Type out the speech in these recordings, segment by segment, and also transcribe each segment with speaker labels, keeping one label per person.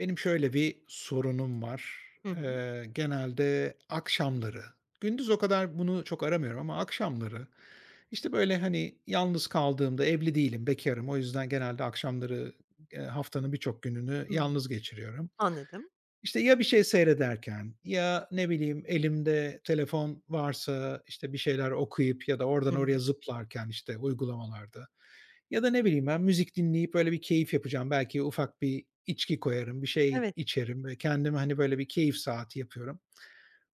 Speaker 1: Benim şöyle bir sorunum var.
Speaker 2: Hı hı.
Speaker 1: Genelde akşamları, gündüz o kadar bunu çok aramıyorum ama akşamları, işte, böyle, hani, yalnız kaldığımda, evli değilim, bekârım. O yüzden genelde akşamları, haftanın birçok gününü
Speaker 2: Hımm.
Speaker 1: yalnız geçiriyorum.
Speaker 2: Anladım.
Speaker 1: İşte ya bir şey seyrederken ya, ne bileyim, elimde telefon varsa, işte, bir şeyler okuyup ya da oradan
Speaker 2: Hı hı.
Speaker 1: oraya zıplarken, işte, uygulamalarda ya da ne bileyim ben, müzik dinleyip böyle bir keyif yapacağım. Belki ufak bir içki koyarım, bir şey
Speaker 2: Evet.
Speaker 1: içerim ve kendime, hani, böyle bir keyif saati yapıyorum.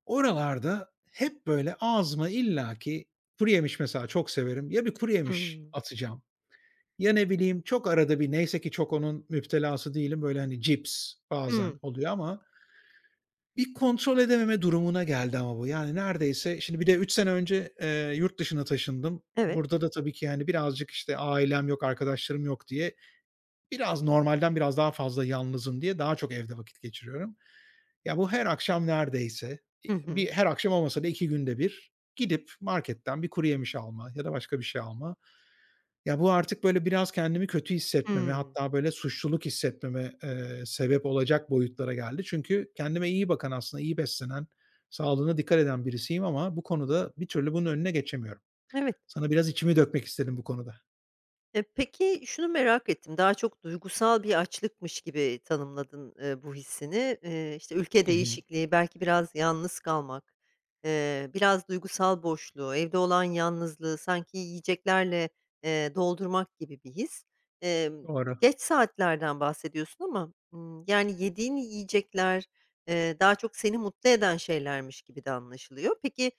Speaker 1: Oralarda hep böyle ağzıma illaki kuruyemiş mesela çok severim. Ya bir kuruyemiş
Speaker 2: Hımm.
Speaker 1: atacağım ya ne bileyim çok arada bir neyse ki çok onun müptelası değilim. Böyle, hani, cips bazen
Speaker 2: Hımm.
Speaker 1: oluyor ama bir kontrol edememe durumuna geldi ama bu. Yani neredeyse şimdi bir de 3 sene önce, yurt dışına taşındım.
Speaker 2: Evet.
Speaker 1: Burada da tabii ki, yani, birazcık, işte, ailem yok, arkadaşlarım yok diye biraz normalden biraz daha fazla yalnızım diye daha çok evde vakit geçiriyorum. Ya, bu her akşam neredeyse,
Speaker 2: Hı
Speaker 1: bir
Speaker 2: hı.
Speaker 1: her akşam olmasa da 2 günde bir gidip marketten bir kuru yemiş alma ya da başka bir şey alma. Ya, bu artık böyle biraz kendimi kötü hissetmeme,
Speaker 2: Hımm.
Speaker 1: hatta böyle suçluluk hissetmeme, sebep olacak boyutlara geldi. Çünkü kendime iyi bakan aslında iyi beslenen, sağlığına dikkat eden birisiyim ama bu konuda bir türlü bunun önüne geçemiyorum.
Speaker 2: Evet.
Speaker 1: Sana biraz içimi dökmek istedim bu konuda.
Speaker 2: E, peki, şunu merak ettim, daha çok duygusal bir açlıkmış gibi tanımladın, bu hissini. İşte, ülke
Speaker 1: Hı hı.
Speaker 2: değişikliği, belki biraz yalnız kalmak, biraz duygusal boşluğu, evde olan yalnızlığı sanki yiyeceklerle, doldurmak gibi bir his. Emm,
Speaker 1: Doğru.
Speaker 2: geç saatlerden bahsediyorsun ama, yani, yediğin yiyecekler, daha çok seni mutlu eden şeylermiş gibi de anlaşılıyor. Peki,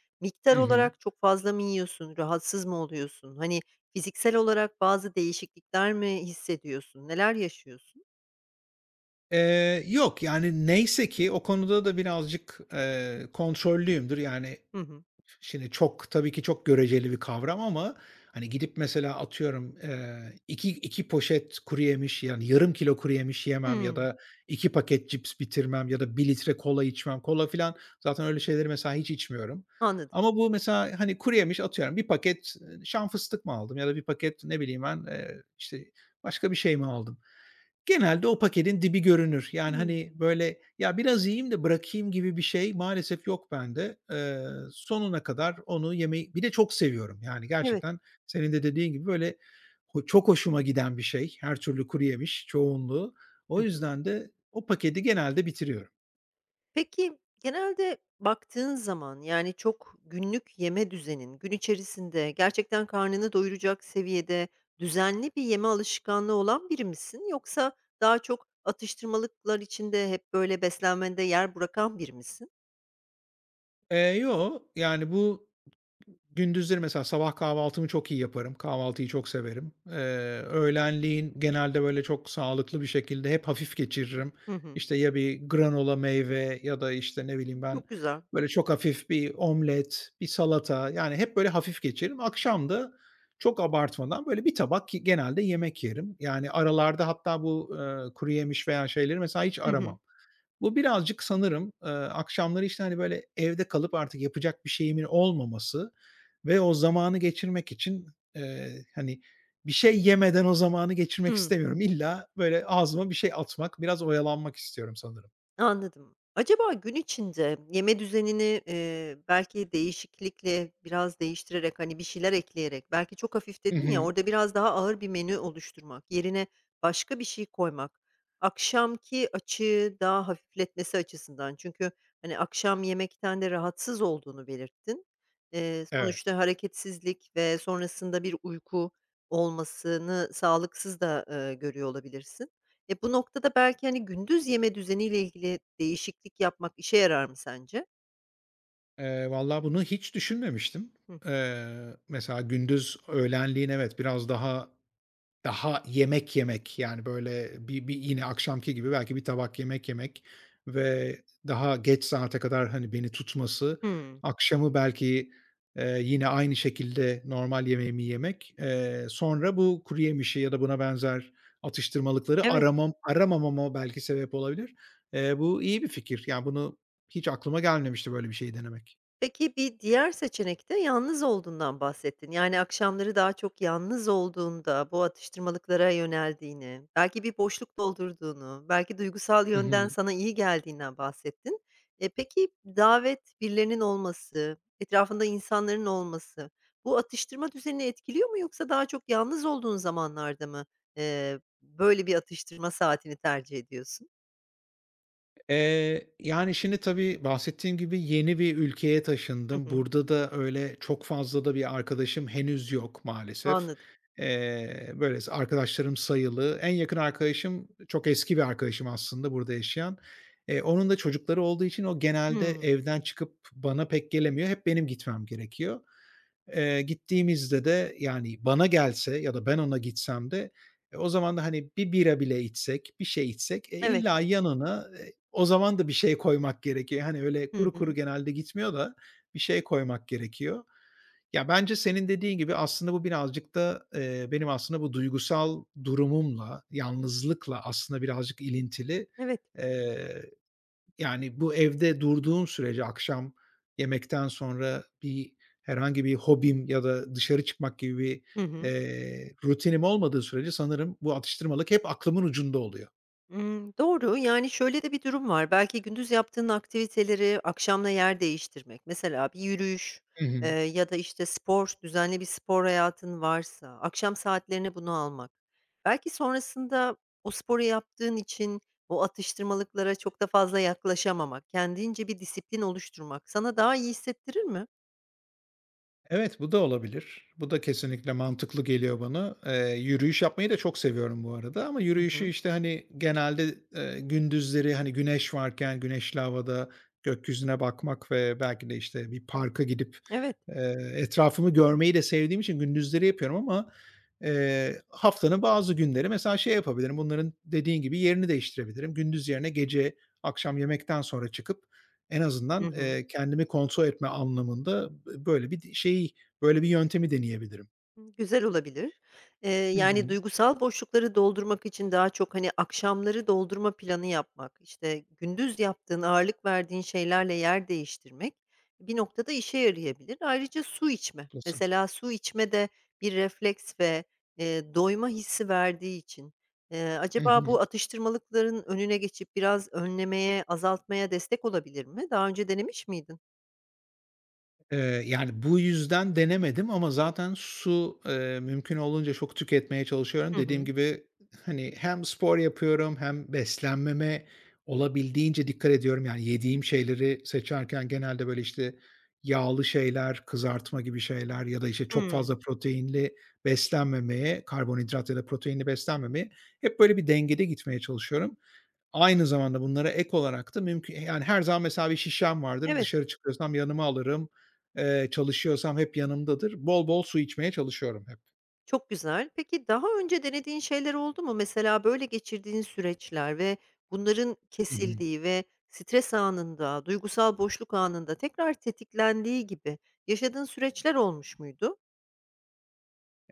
Speaker 1: Hı
Speaker 2: miktar
Speaker 1: hı.
Speaker 2: olarak çok fazla mı yiyorsun, rahatsız mı oluyorsun? Hani, fiziksel olarak bazı değişiklikler mi hissediyorsun? Neler yaşıyorsun?
Speaker 1: Yok, yani, neyse ki o konuda da birazcık, kontrollüyümdür. Yani,
Speaker 2: Hı hı.
Speaker 1: şimdi çok tabii ki çok göreceli bir kavram ama, hani, gidip mesela atıyorum, 2 poşet kuruyemiş, yani, yarım kilo kuruyemiş yemem ya
Speaker 2: Hımm,
Speaker 1: da 2 paket cips bitirmem ya da bir litre kola içmem. Kola filan zaten öyle şeyleri mesela hiç içmiyorum.
Speaker 2: anladım.
Speaker 1: Ama bu mesela, hani, kuruyemiş atıyorum bir paket, şan fıstık mı aldım ya da bir paket ne bileyim ben, işte, başka bir şey mi aldım? Genelde o paketin dibi görünür. Yani,
Speaker 2: Hımm,
Speaker 1: hani, böyle, "Ya, biraz yiyeyim de bırakayım." gibi bir şey maalesef yok bende. Sonuna kadar onu yemeyi bir de çok seviyorum. Yani,
Speaker 2: evet.
Speaker 1: gerçekten senin de dediğin gibi, böyle, çok hoşuma giden bir şey her türlü kuruyemiş çoğunluğu. O
Speaker 2: Hı hı.
Speaker 1: yüzden de o paketi genelde bitiriyorum.
Speaker 2: Peki, genelde baktığın zaman, yani, çok günlük yeme düzenin, gün içerisinde gerçekten karnını doyuracak seviyede düzenli bir yeme alışkanlığı olan biri misin? Yoksa daha çok atıştırmalıklar içinde hep böyle beslenmende yer bırakan biri misin?
Speaker 1: Yo, yani, gündüzleri mesela sabah kahvaltımı çok iyi yaparım. Kahvaltıyı çok severim. Öğlenleyin genelde, böyle, çok sağlıklı bir şekilde hep hafif geçiririm.
Speaker 2: Hı hı.
Speaker 1: İşte, ya bir granola meyve ya da, işte, ne bileyim
Speaker 2: Hımm,
Speaker 1: ben,
Speaker 2: çok güzel.
Speaker 1: böyle, çok hafif bir omlet, bir salata, yani, hep böyle hafif geçiririm. Akşam da çok abartmadan, böyle, bir tabak ki genelde yemek yerim. Yani, aralarda hatta bu, kuru yemiş veya şeyleri mesela hiç
Speaker 2: Hı hı.
Speaker 1: aramam. Bu birazcık sanırım, akşamları, işte, hani, böyle evde kalıp artık yapacak bir şeyimin olmaması ve o zamanı geçirmek için, hani, bir şey yemeden o zamanı geçirmek
Speaker 2: Hımm.
Speaker 1: istemiyorum. İlla böyle ağzıma bir şey atmak, biraz oyalanmak istiyorum sanırım.
Speaker 2: Anladım. Acaba gün içinde yeme düzenini, belki değişiklikle, biraz değiştirerek, hani, bir şeyler ekleyerek, belki çok hafif
Speaker 1: Hı
Speaker 2: dedin ya,
Speaker 1: hı.
Speaker 2: orada biraz daha ağır bir menü oluşturmak, yerine başka bir şey koymak, akşamki açığı daha hafifletmesi açısından çünkü, hani, akşam yemekten de rahatsız olduğunu belirttin. Eee,
Speaker 1: Evet.
Speaker 2: sonuçta hareketsizlik ve sonrasında bir uyku olmasını sağlıksız da, görüyor olabilirsin. E, bu noktada belki, hani, gündüz yeme düzeniyle ilgili değişiklik yapmak işe yarar mı sence?
Speaker 1: Vallahi bunu hiç düşünmemiştim.
Speaker 2: Hı hı.
Speaker 1: Mesela gündüz öğlenliğin evet, biraz daha yemek yemek, yani, böyle, bir yine akşamki gibi belki bir tabak yemek yemek ve daha geç saate kadar, hani, beni tutması,
Speaker 2: Hımm.
Speaker 1: akşamı belki, yine aynı şekilde normal yemeğimi yemek, sonra bu kuruyemişi ya da buna benzer atıştırmalıkları
Speaker 2: Evet.
Speaker 1: aramamama belki sebep olabilir. Bu iyi bir fikir. Yani, bunu hiç aklıma gelmemişti böyle bir şey denemek.
Speaker 2: Peki, bir diğer seçenek de yalnız olduğundan bahsettin. Yani, akşamları daha çok yalnız olduğunda bu atıştırmalıklara yöneldiğini, belki bir boşluk doldurduğunu, belki duygusal yönden
Speaker 1: Hı.
Speaker 2: sana iyi geldiğinden bahsettin. E, peki, davet, birilerinin olması, etrafında insanların olması, bu atıştırma düzenini etkiliyor mu yoksa daha çok yalnız olduğun zamanlarda mı, böyle bir atıştırma saatini tercih ediyorsun?
Speaker 1: Yani, şimdi tabii bahsettiğim gibi yeni bir ülkeye
Speaker 2: Hı
Speaker 1: taşındım.
Speaker 2: hı,
Speaker 1: Burada da öyle çok fazla da bir arkadaşım henüz yok maalesef.
Speaker 2: anladım.
Speaker 1: Böyle arkadaşlarım sayılı. En yakın arkadaşım çok eski bir arkadaşım aslında burada yaşayan. Onun da çocukları olduğu için o genelde
Speaker 2: Hımm,
Speaker 1: evden çıkıp bana pek gelemiyor. Hep benim gitmem gerekiyor. Gittiğimizde de, yani, bana gelse ya da ben ona gitsem de, o zaman da, hani, bir bira bile içsek, bir şey içsek,
Speaker 2: evet.
Speaker 1: illa yanına o zaman da bir şey koymak gerekiyor. Hani, öyle
Speaker 2: Hı
Speaker 1: kuru kuru
Speaker 2: hı,
Speaker 1: genelde gitmiyor da bir şey koymak gerekiyor. Ya, bence senin dediğin gibi aslında bu birazcık da, benim aslında bu duygusal durumumla, yalnızlıkla aslında birazcık ilintili.
Speaker 2: evet.
Speaker 1: Eee, Yani, bu evde durduğum sürece akşam yemekten sonra herhangi bir hobim ya da dışarı çıkmak gibi bir,
Speaker 2: Hı hı.
Speaker 1: rutinim olmadığı sürece sanırım bu atıştırmalık hep aklımın ucunda oluyor.
Speaker 2: Doğru. Yani, şöyle de bir durum var. Belki gündüz yaptığın aktiviteleri akşamla yer değiştirmek, mesela bir yürüyüş,
Speaker 1: Hı hı.
Speaker 2: ya da, işte, spor, düzenli bir spor hayatın varsa akşam saatlerine bunu almak. Belki sonrasında o sporu yaptığın için o atıştırmalıklara çok da fazla yaklaşamamak, kendince bir disiplin oluşturmak sana daha iyi hissettirir mi?
Speaker 1: Evet, bu da olabilir. Bu da kesinlikle mantıklı geliyor bana. Yürüyüş yapmayı da çok seviyorum bu arada ama
Speaker 2: Hı
Speaker 1: yürüyüşü,
Speaker 2: hı.
Speaker 1: işte, hani, genelde, gündüzleri, hani, güneş varken güneşli havada gökyüzüne bakmak ve belki de, işte, bir parka gidip,
Speaker 2: Evet.
Speaker 1: etrafımı görmeyi de sevdiğim için gündüzleri yapıyorum ama, haftanın bazı günleri mesela şey yapabilirim, bunların dediğin gibi yerini değiştirebilirim. Gündüz yerine gece, akşam yemekten sonra çıkıp en
Speaker 2: Hı
Speaker 1: azından,
Speaker 2: hı.
Speaker 1: kendimi kontrol etme anlamında böyle bir şeyi, böyle bir yöntemi deneyebilirim.
Speaker 2: Güzel olabilir. Eee,
Speaker 1: Hı
Speaker 2: yani,
Speaker 1: hı.
Speaker 2: duygusal boşlukları doldurmak için daha çok, hani, akşamları doldurma planı yapmak, işte, gündüz yaptığın, ağırlık verdiğin şeylerle yer değiştirmek bir noktada işe yarayabilir. Ayrıca su içme.
Speaker 1: Haklısın.
Speaker 2: Mesela su içme de bir refleks ve, doyma hissi verdiği için,
Speaker 1: Hı
Speaker 2: acaba
Speaker 1: hı.
Speaker 2: bu atıştırmalıkların önüne geçip biraz önlemeye, azaltmaya destek olabilir mi? Daha önce denemiş miydin?
Speaker 1: Yani, bu yüzden denemedim ama zaten su, mümkün olduğunca çok tüketmeye çalışıyorum.
Speaker 2: Hı
Speaker 1: Dediğim
Speaker 2: hı.
Speaker 1: gibi, hani, hem spor yapıyorum hem beslenmeme olabildiğince dikkat ediyorum. Yani, yediğim şeyleri seçerken genelde, böyle, işte, yağlı şeyler, kızartma gibi şeyler ya da, işte, çok
Speaker 2: Hımm.
Speaker 1: fazla proteinli beslenmemeye, karbonhidrat ya da proteinli beslenmemeye hep böyle bir dengede gitmeye çalışıyorum. Aynı zamanda bunlara ek olarak da mümkün yani her zaman mesela bir şişem vardır.
Speaker 2: Evet.
Speaker 1: Dışarı çıkıyorsam yanıma alırım. Çalışıyorsam hep yanımdadır. Bol bol su içmeye çalışıyorum
Speaker 2: Çok güzel. Peki daha önce denediğin şeyler oldu mu? Mesela böyle geçirdiğin süreçler ve bunların
Speaker 1: hep.
Speaker 2: kesildiği ve stres anında, duygusal boşluk anında tekrar tetiklendiği gibi yaşadığın süreçler olmuş muydu?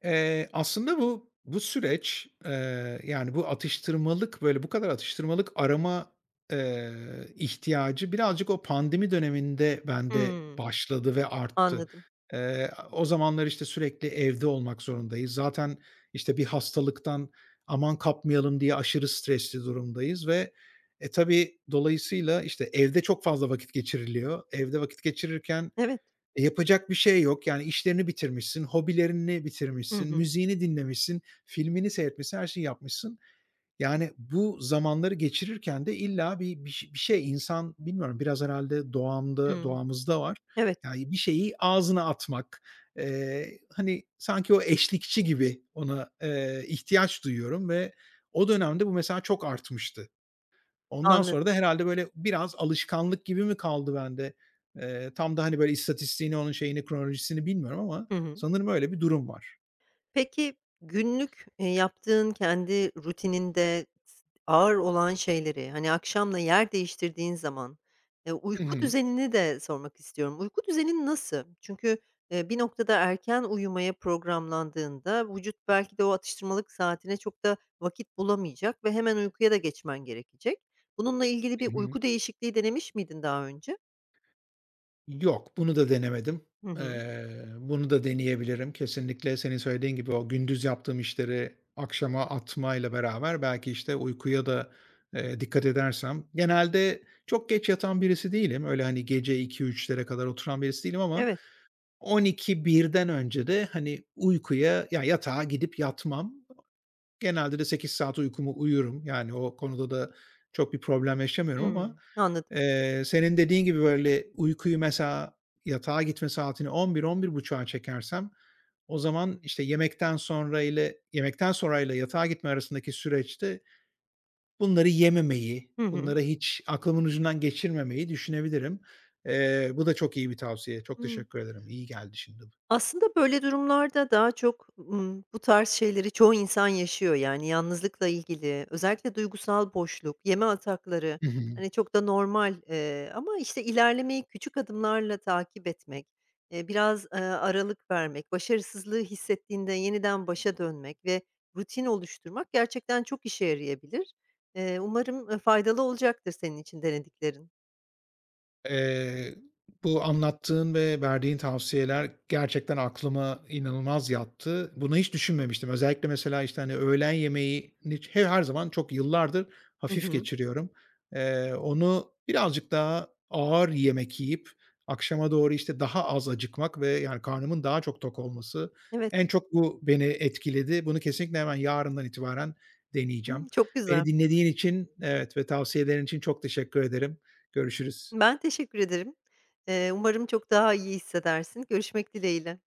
Speaker 1: Aslında bu süreç, yani, bu atıştırmalık, böyle, bu kadar atıştırmalık arama, eee, ihtiyacı birazcık o pandemi döneminde bende
Speaker 2: Hımm.
Speaker 1: başladı ve arttı.
Speaker 2: Anladım.
Speaker 1: O zamanlar, işte, sürekli evde olmak zorundayız. Zaten, işte, bir hastalıktan aman kapmayalım diye aşırı stresli durumdayız ve, tabii dolayısıyla, işte, evde çok fazla vakit geçiriliyor. Evde vakit geçirirken
Speaker 2: Evet.
Speaker 1: yapacak bir şey yok. Yani işlerini bitirmişsin, hobilerini
Speaker 2: Hı
Speaker 1: bitirmişsin,
Speaker 2: hı.
Speaker 1: müziğini dinlemişsin, filmini seyretmişsin, her şeyi yapmışsın. Yani bu zamanları geçirirken de illa bir şey insan bilmiyorum biraz herhalde doğamda
Speaker 2: Hımm.
Speaker 1: doğamızda var.
Speaker 2: Evet,
Speaker 1: Yani bir şeyi ağzına atmak, hani, sanki o eşlikçi gibi ona, ihtiyaç duyuyorum ve o dönemde bu mesela çok artmıştı. Ondan
Speaker 2: anladım.
Speaker 1: sonra da herhâlde böyle biraz alışkanlık gibi mi kaldı bende? Tam da, hani, böyle istatistiğini, onun şeyini, kronolojisini bilmiyorum ama
Speaker 2: Hı hı.
Speaker 1: sanırım öyle bir durum var.
Speaker 2: Peki, günlük, yaptığın kendi rutininde ağır olan şeyleri, hani, akşamla yer değiştirdiğin zaman,
Speaker 1: Hı
Speaker 2: uyku
Speaker 1: hı.
Speaker 2: düzenini de sormak istiyorum. Uyku düzenin nasıl? Çünkü, bir noktada erken uyumaya programlandığında vücut belki de o atıştırmalık saatine çok da vakit bulamayacak ve hemen uykuya da geçmen gerekecek. Bununla ilgili
Speaker 1: Hı
Speaker 2: bir
Speaker 1: hı.
Speaker 2: uyku değişikliği denemiş miydin daha önce?
Speaker 1: Yok, bunu da denemedim.
Speaker 2: Hı hı.
Speaker 1: Bunu da deneyebilirim. Kesinlikle senin söylediğin gibi o gündüz yaptığım işleri akşama atmayla beraber belki, işte, uykuya da, dikkat edersem. Genelde çok geç yatan birisi değilim. Öyle, hani, gece iki üçlere kadar oturan birisi değilim ama
Speaker 2: Evet.
Speaker 1: 12.00 birden önce de, hani, uykuya, ya, yatağa gidip yatmam. Genelde de 8 saat uykumu uyurum. Yani o konuda da çok bir problem yaşamıyorum ama,
Speaker 2: Hımm. Anladım.
Speaker 1: senin dediğin gibi, böyle, uykuyu mesela yatağa gitme saatini 11.00-11.30'a çekersem o zaman, işte, yemekten sonra ile yatağa gitme arasındaki süreçte bunları yememeyi,
Speaker 2: Hı hı.
Speaker 1: bunları hiç aklımın ucundan geçirmemeyi düşünebilirim. Bu da çok iyi bir tavsiye. Çok
Speaker 2: Hıı.
Speaker 1: teşekkür ederim. İyi geldi şimdi bu.
Speaker 2: Aslında böyle durumlarda daha çok, bu tarz şeyleri çoğu insan yaşıyor. Yani yalnızlıkla ilgili, özellikle duygusal boşluk, yeme atakları,
Speaker 1: Hı hı.
Speaker 2: hani, çok da normal, ama, işte, ilerlemeyi küçük adımlarla takip etmek, biraz, aralık vermek, başarısızlığı hissettiğinde yeniden başa dönmek ve rutin oluşturmak gerçekten çok işe yarayabilir. Umarım, faydalı olacaktır senin için denediklerin.
Speaker 1: Eee, Bu anlattığın ve verdiğin tavsiyeler gerçekten aklıma inanılmaz yattı. Bunu hiç düşünmemiştim. Özellikle mesela, işte, hani, öğlen yemeğini her zaman çok yıllardır
Speaker 2: Hı
Speaker 1: hafif
Speaker 2: hı.
Speaker 1: geçiriyorum. Onu birazcık daha ağır yemek yiyip akşama doğru, işte, daha az acıkmak ve, yani, karnımın daha çok tok olması
Speaker 2: Evet.
Speaker 1: en çok bu beni etkiledi. Bunu kesinlikle hemen yarından itibaren deneyeceğim.
Speaker 2: Hımm, çok
Speaker 1: Beni
Speaker 2: güzel.
Speaker 1: dinlediğin için, evet, ve tavsiyelerin için çok teşekkür ederim. Görüşürüz.
Speaker 2: Ben teşekkür ederim. Umarım çok daha iyi hissedersin. Görüşmek dileğiyle.